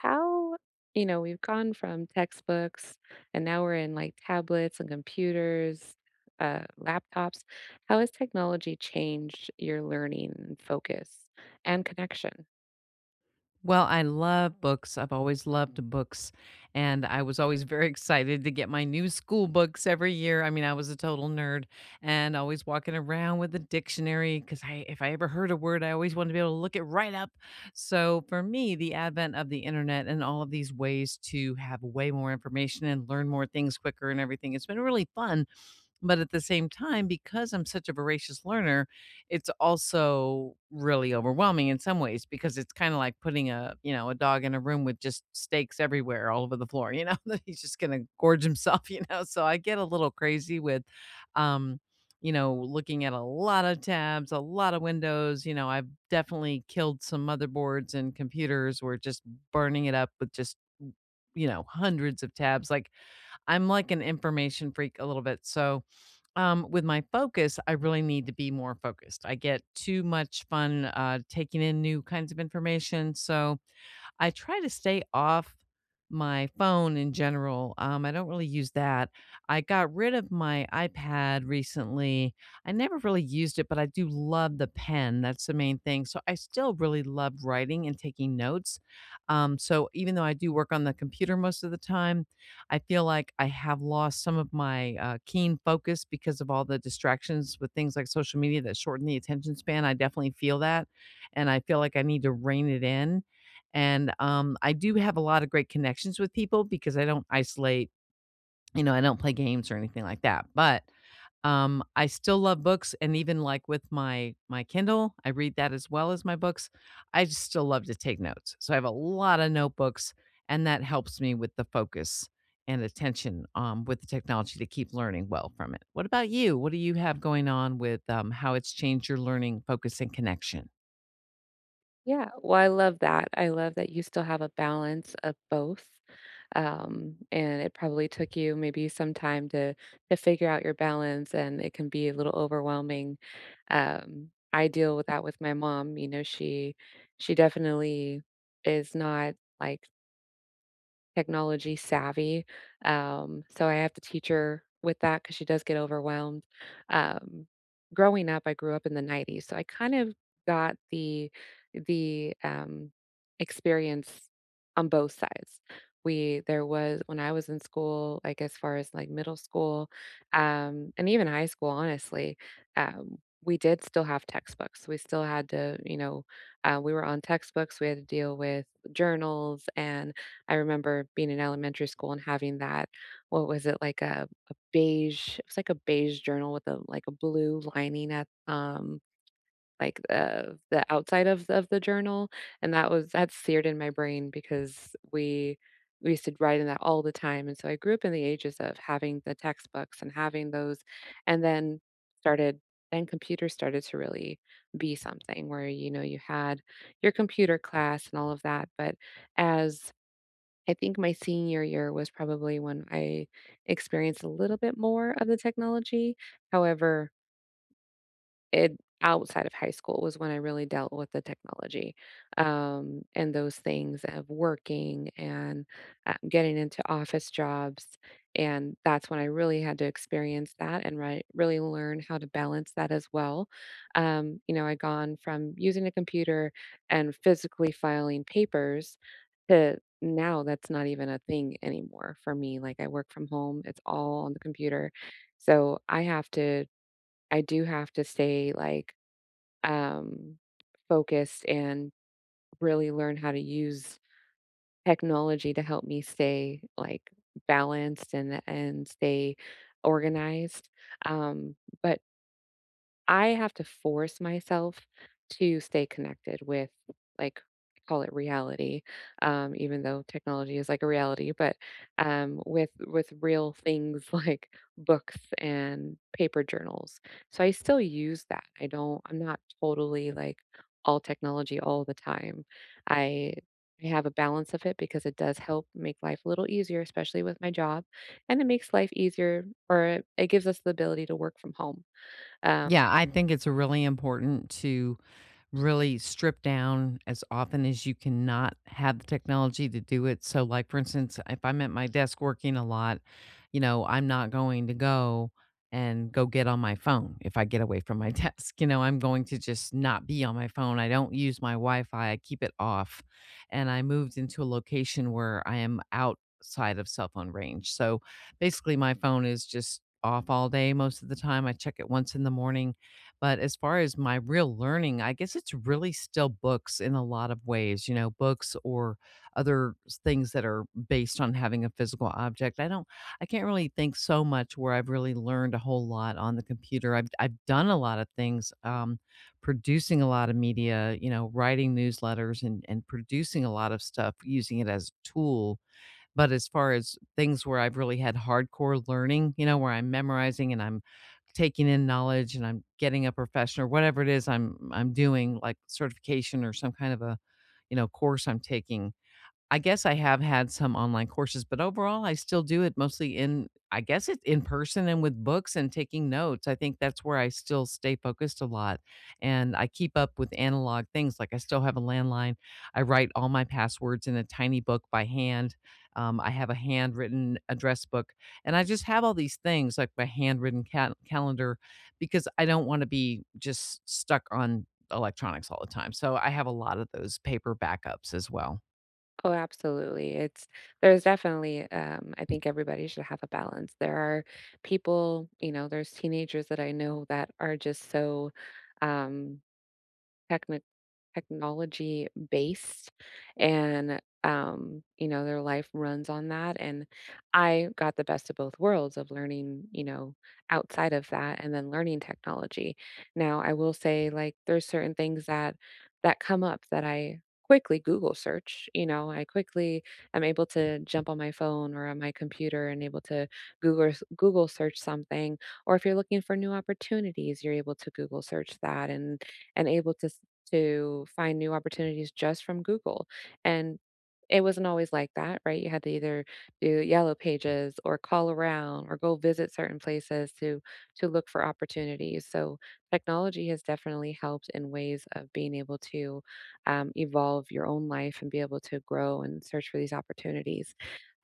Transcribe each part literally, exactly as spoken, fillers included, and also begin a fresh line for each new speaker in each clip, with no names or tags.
How you know we've gone from textbooks, and now we're in, like, tablets and computers, uh, laptops. How has technology changed your learning and focus and connection?
Well, I love books. I've always loved books, and I was always very excited to get my new school books every year. I mean, I was a total nerd and always walking around with a dictionary because I, if I ever heard a word, I always wanted to be able to look it right up. So for me, the advent of the internet and all of these ways to have way more information and learn more things quicker and everything, it's been really fun. But at the same time, because I'm such a voracious learner, it's also really overwhelming in some ways because it's kind of like putting a, you know, a dog in a room with just steaks everywhere all over the floor, you know, that he's just going to gorge himself, you know. So I get a little crazy with um you know, looking at a lot of tabs, a lot of windows, you know, I've definitely killed some motherboards and computers. We're just burning it up with just, you know, hundreds of tabs. Like I'm like an information freak a little bit. So um, with my focus, I really need to be more focused. I get too much fun uh, taking in new kinds of information. So I try to stay off my phone in general. Um, I don't really use that. I got rid of my iPad recently. I never really used it, but I do love the pen. That's the main thing. So I still really love writing and taking notes. Um, so even though I do work on the computer most of the time, I feel like I have lost some of my uh, keen focus because of all the distractions with things like social media that shorten the attention span. I definitely feel that. And I feel like I need to rein it in and, um, I do have a lot of great connections with people because I don't isolate, you know, I don't play games or anything like that, but, um, I still love books and even, like, with my my Kindle, I read that as well as my books. I just still love to take notes. So I have a lot of notebooks, and that helps me with the focus and attention, um, with the technology to keep learning well from it. What about you? What do you have going on with, um, how it's changed your learning, focus, and connection?
Yeah, well, I love that. I love that you still have a balance of both, um, and it probably took you maybe some time to to figure out your balance, and it can be a little overwhelming. Um, I deal with that with my mom. You know, she she definitely is not, like, technology savvy. Um, so I have to teach her with that because she does get overwhelmed. Um, Growing up, I grew up in the nineties, so I kind of got the the um, experience on both sides. We There was, when I was in school, like, as far as, like, middle school, um, and even high school, honestly, um, we did still have textbooks. We still had to, you know, uh, we were on textbooks. We had to deal with journals. And I remember being in elementary school and having that, what was it, like, a a beige, it was like a beige journal with, a like, a blue lining at, um, like, the the outside of of the journal, and that was, that's seared in my brain because we we used to write in that all the time. And so I grew up in the ages of having the textbooks and having those, and then started then computers started to really be something where, you know, you had your computer class and all of that. But, as I think my senior year was probably when I experienced a little bit more of the technology. However, it outside of high school was when I really dealt with the technology, um, and those things of working and, uh, getting into office jobs, and that's when I really had to experience that and ri really learn how to balance that as well. Um, you know, I gone from using a computer and physically filing papers to, now that's not even a thing anymore for me, like, I work from home, it's all on the computer, so I have to, I do have to stay, like, um, focused and really learn how to use technology to help me stay, like, balanced and and stay organized, um, but I have to force myself to stay connected with, like, call it reality, um, even though technology is like a reality, but, um, with with real things like books and paper journals. So I still use that. I don't. I'm not totally, like, all technology all the time. I I have a balance of it because it does help make life a little easier, especially with my job, and it makes life easier, or it, it gives us the ability to work from home. Um,
Yeah, I think it's really important to really strip down as often as you can not have the technology to do it. So, like, for instance, if I'm at my desk working a lot, you know, I'm not going to go and go get on my phone if I get away from my desk. You know, I'm going to just not be on my phone. I don't use my Wi Fi, I keep it off. And I moved into a location where I am outside of cell phone range. So basically my phone is just off all day most of the time. I check it once in the morning. But as far as my real learning, I guess it's really still books in a lot of ways, you know, books or other s- things that are based on having a physical object. I don't, I can't really think so much where I've really learned a whole lot on the computer. I've, I've done a lot of things, um, producing a lot of media, you know, writing newsletters and, and producing a lot of stuff using it as a tool but as far as things where I've really had hardcore learning, you know, where I'm memorizing and I'm taking in knowledge and I'm getting a profession or whatever it is I'm I'm doing, like certification or some kind of a, you know, course I'm taking, I guess I have had some online courses, but overall, I still do it mostly in I guess it's in person and with books and taking notes. I think that's where I still stay focused a lot. And I keep up with analog things. Like I still have a landline. I write all my passwords in a tiny book by hand. Um, I have a handwritten address book. And I just have all these things like my handwritten ca- calendar because I don't want to be just stuck on electronics all the time. So I have a lot of those paper backups as well.
Oh, absolutely. It's There's definitely, um I think everybody should have a balance. There are people, you know, there's teenagers that I know that are just so, um technic technology based, and, um you know, their life runs on that, and I got the best of both worlds of learning, you know, outside of that, and then learning technology. Now I will say, like, there's certain things that that come up that I quickly Google search. You know, I quickly am able to jump on my phone or on my computer and able to google s- Google search something, or if you're looking for new opportunities, you're able to Google search that, and and able to s to find new opportunities just from Google, and it wasn't always like that, right? You had to either do Yellow Pages or call around or go visit certain places to to look for opportunities. So technology has definitely helped in ways of being able to, um, evolve your own life and be able to grow and search for these opportunities,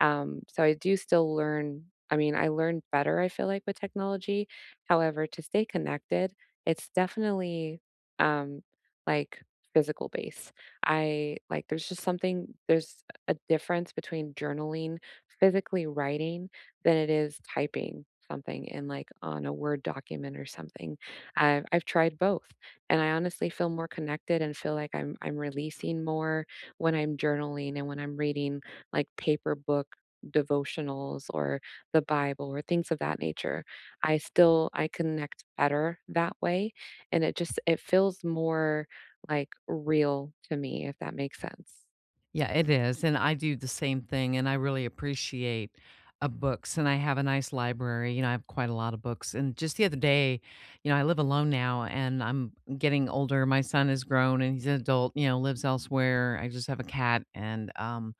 um, so I do still learn, I mean, I learn better, I feel like, with technology. However, to stay connected, it's definitely, um, like, physical base. I Like, there's just something, there's a difference between journaling, physically writing, than it is typing something in, like, on a Word document or something. I've I've tried both, and I honestly feel more connected and feel like I'm I'm releasing more when I'm journaling and when I'm reading, like, paper book devotionals, or the Bible, or things of that nature. I still I connect better that way, and it just it feels more, like, real to me, if that makes sense.
Yeah, it is, and I do the same thing, and I really appreciate, uh, books, and I have a nice library, you know, I have quite a lot of books, and just the other day, you know, I live alone now, and I'm getting older, my son is grown, and he's an adult, you know, lives elsewhere, I just have a cat, and, um,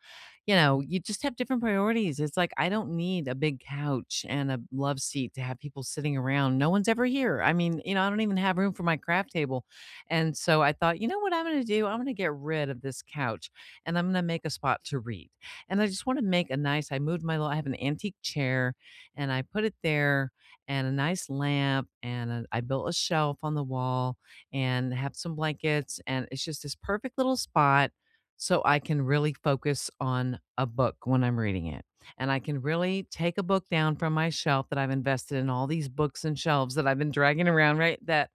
you know, you just have different priorities, it's like, I don't need a big couch and a love seat to have people sitting around, no one's ever here, I mean, you know, I don't even have room for my craft table, and so I thought, "You know what I'm gonna do? I'm gonna get rid of this couch." and I'm going to make a spot to read. And I just want to make a nice, I moved my, little- I have an antique chair and I put it there and a nice lamp and a, I built a shelf on the wall and have some blankets. And it's just this perfect little spot so I can really focus on a book when I'm reading it. And I can really take a book down from my shelf that I've invested in all these books and shelves that I've been dragging around, right? That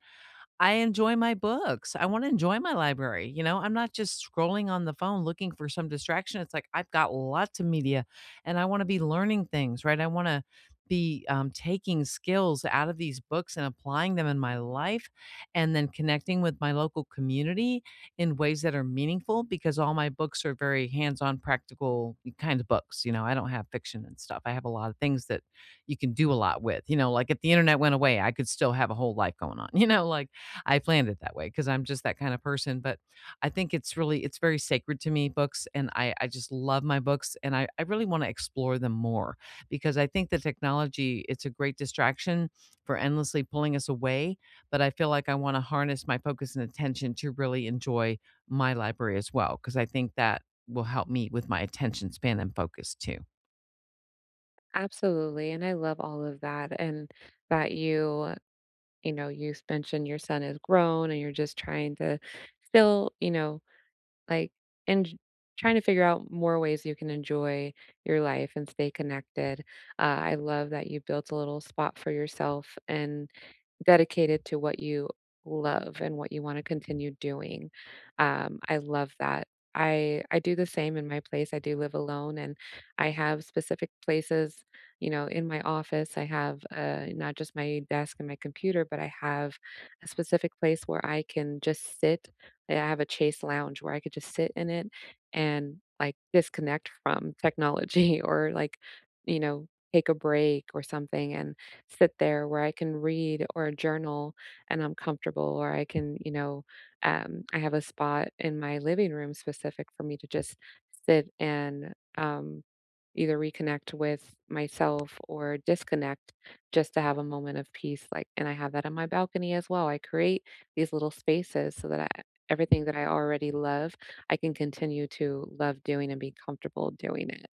I enjoy my books. I wanna enjoy my library, you know? I'm not just scrolling on the phone looking for some distraction. It's like I've got lots of media and I wanna be learning things, right? I wanna be, um, taking skills out of these books and applying them in my life and then connecting with my local community in ways that are meaningful because all my books are very hands-on, practical kind of books, you know? I don't have fiction and stuff. I have a lot of things that you can do a lot with, you know? Like, if the internet went away, I could still have a whole life going on, you know? Like I planned it that way because I'm just that kind of person. But I think it's really it's very sacred to me, books, and I I just love my books, and I I really want to explore them more because I think the technology it's a great distraction for endlessly pulling us away. But I feel like I want to harness my focus and attention to really enjoy my library as well because I think that will help me with my attention span and focus too.
Absolutely. And I love all of that. And that you, you know, you s- mentioned your son is grown and you're just trying to still, you know, like, and j trying to figure out more ways you can enjoy your life and stay connected. Uh, I love that you built a little spot for yourself and dedicated to what you love and what you wanna continue doing. Um, I love that. I I do the same in my place. I do live alone, and I have specific places. You know, in my office, I have, uh, not just my desk and my computer, but I have a specific place where I can just sit. I have a Chase lounge where I could just sit in it and, like, disconnect from technology or, like, you know, take a break or something, and sit there where I can read or journal, and I'm comfortable, or I can, you know, um, I have a spot in my living room specific for me to just sit and, um, either reconnect with myself or disconnect, just to have a moment of peace, like, and I have that on my balcony as well. I create these little spaces so that I everything that I already love, I can continue to love doing and be comfortable doing it.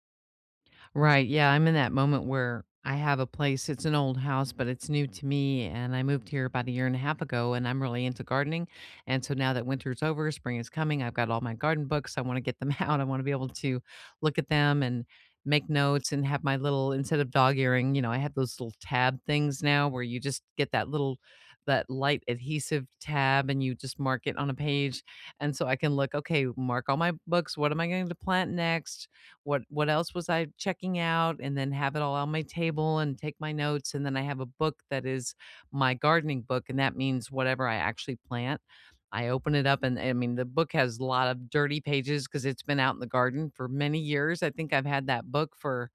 Right. Yeah. I'm in that moment where I have a place. It's an old house, but it's new to me. And I moved here about a year and a half ago, and I'm really into gardening. And so now that winter's over, spring is coming, I've got all my garden books. I want to get them out. I want to be able to look at them and make notes and have my little, instead of dog earring, you know, I have those little tab things now where you just get that little, that light adhesive tab and you just mark it on a page. And so I can look, okay, mark all my books. What am I going to plant next? what what else was I checking out, and then have it all on my table and take my notes, and then I have a book that is my gardening book, and that means whatever I actually plant. I open it up and I mean the book has a lot of dirty pages because it's been out in the garden for many years. I think I've had that book for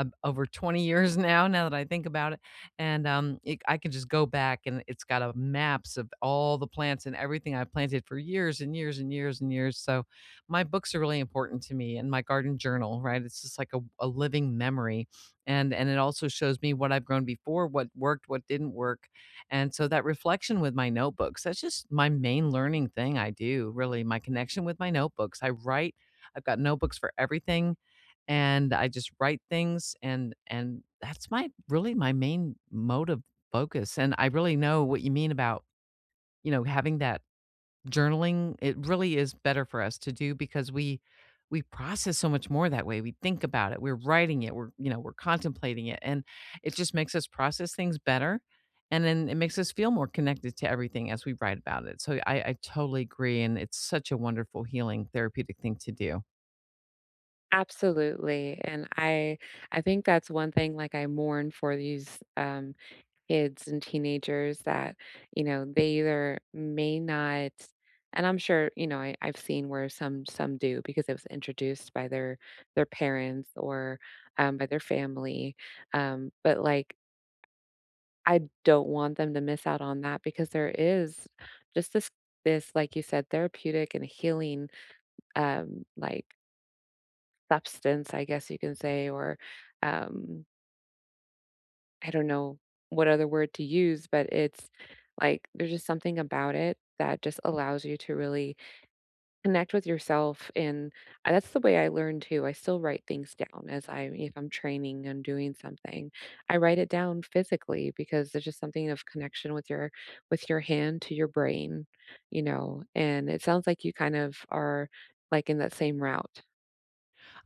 ab over twenty years now, now that I think about it, and, um, it I can just go back and it's got a maps of all the plants and everything I've planted for years and years and years and years, so my books are really important to me and my garden journal, right? It's just like a a living memory, and and it also shows me what I've grown before, what worked, what didn't work, and so that reflection with my notebooks, that's just my main learning thing I do, really, my connection with my notebooks. I write I've got notebooks for everything, and I just write things and and that's my really my main mode of focus, and I really know what you mean about, you know, having that journaling, it really is better for us to do because we we process so much more that way, we think about it, we're writing it, we're, you know, we're contemplating it, and it just makes us process things better, and then it makes us feel more connected to everything as we write about it, so I I totally agree, and it's such a wonderful healing therapeutic thing to do.
Absolutely. And I I think that's one thing, like, I mourn for these, um kids and teenagers that, you know, they either may not, and I'm sure, you know, I, I've seen where some some do because it was introduced by their their parents or, um, by their family. Um, but, like, I don't want them to miss out on that because there is just this this, like you said, therapeutic and healing, um like, substance, I guess you can say, or, um I don't know what other word to use, but it's like there's just something about it that just allows you to really connect with yourself. And I that's the way I learn too. I still write things down. As I If I'm training and doing something, I write it down physically because there's just something of connection with your, with your hand to your brain, you know, and it sounds like you kind of are, like, in that same route.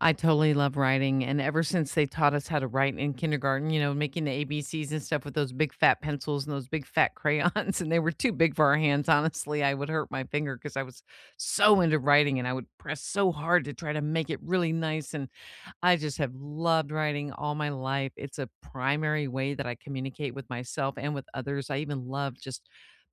I totally love writing, and ever since they taught us how to write in kindergarten, you know, making the A B Cs and stuff with those big fat pencils and those big fat crayons, and they were too big for our hands, honestly, I would hurt my finger because I was so into writing, and I would press so hard to try to make it really nice, and I just have loved writing all my life, it's a primary way that I communicate with myself and with others, I even love just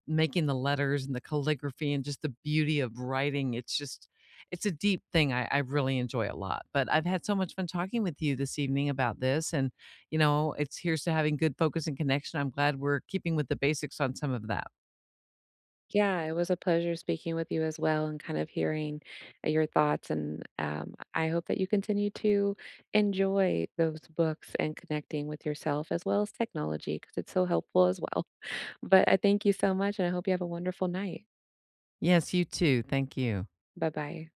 making the letters and the calligraphy and just the beauty of writing. It's just it's a deep thing I, I really enjoy a lot. But I've had so much fun talking with you this evening about this. And, you know, it's here's to having good focus and connection. I'm glad we're keeping with the basics on some of that.
Yeah, it was a pleasure speaking with you as well, and kind of hearing, uh, your thoughts, and, um, I hope that you continue to enjoy those books and connecting with yourself as well as technology because it's so helpful as well. But I thank you so much, and I hope you have a wonderful night.
Yes, you too. Thank you.
Bye bye.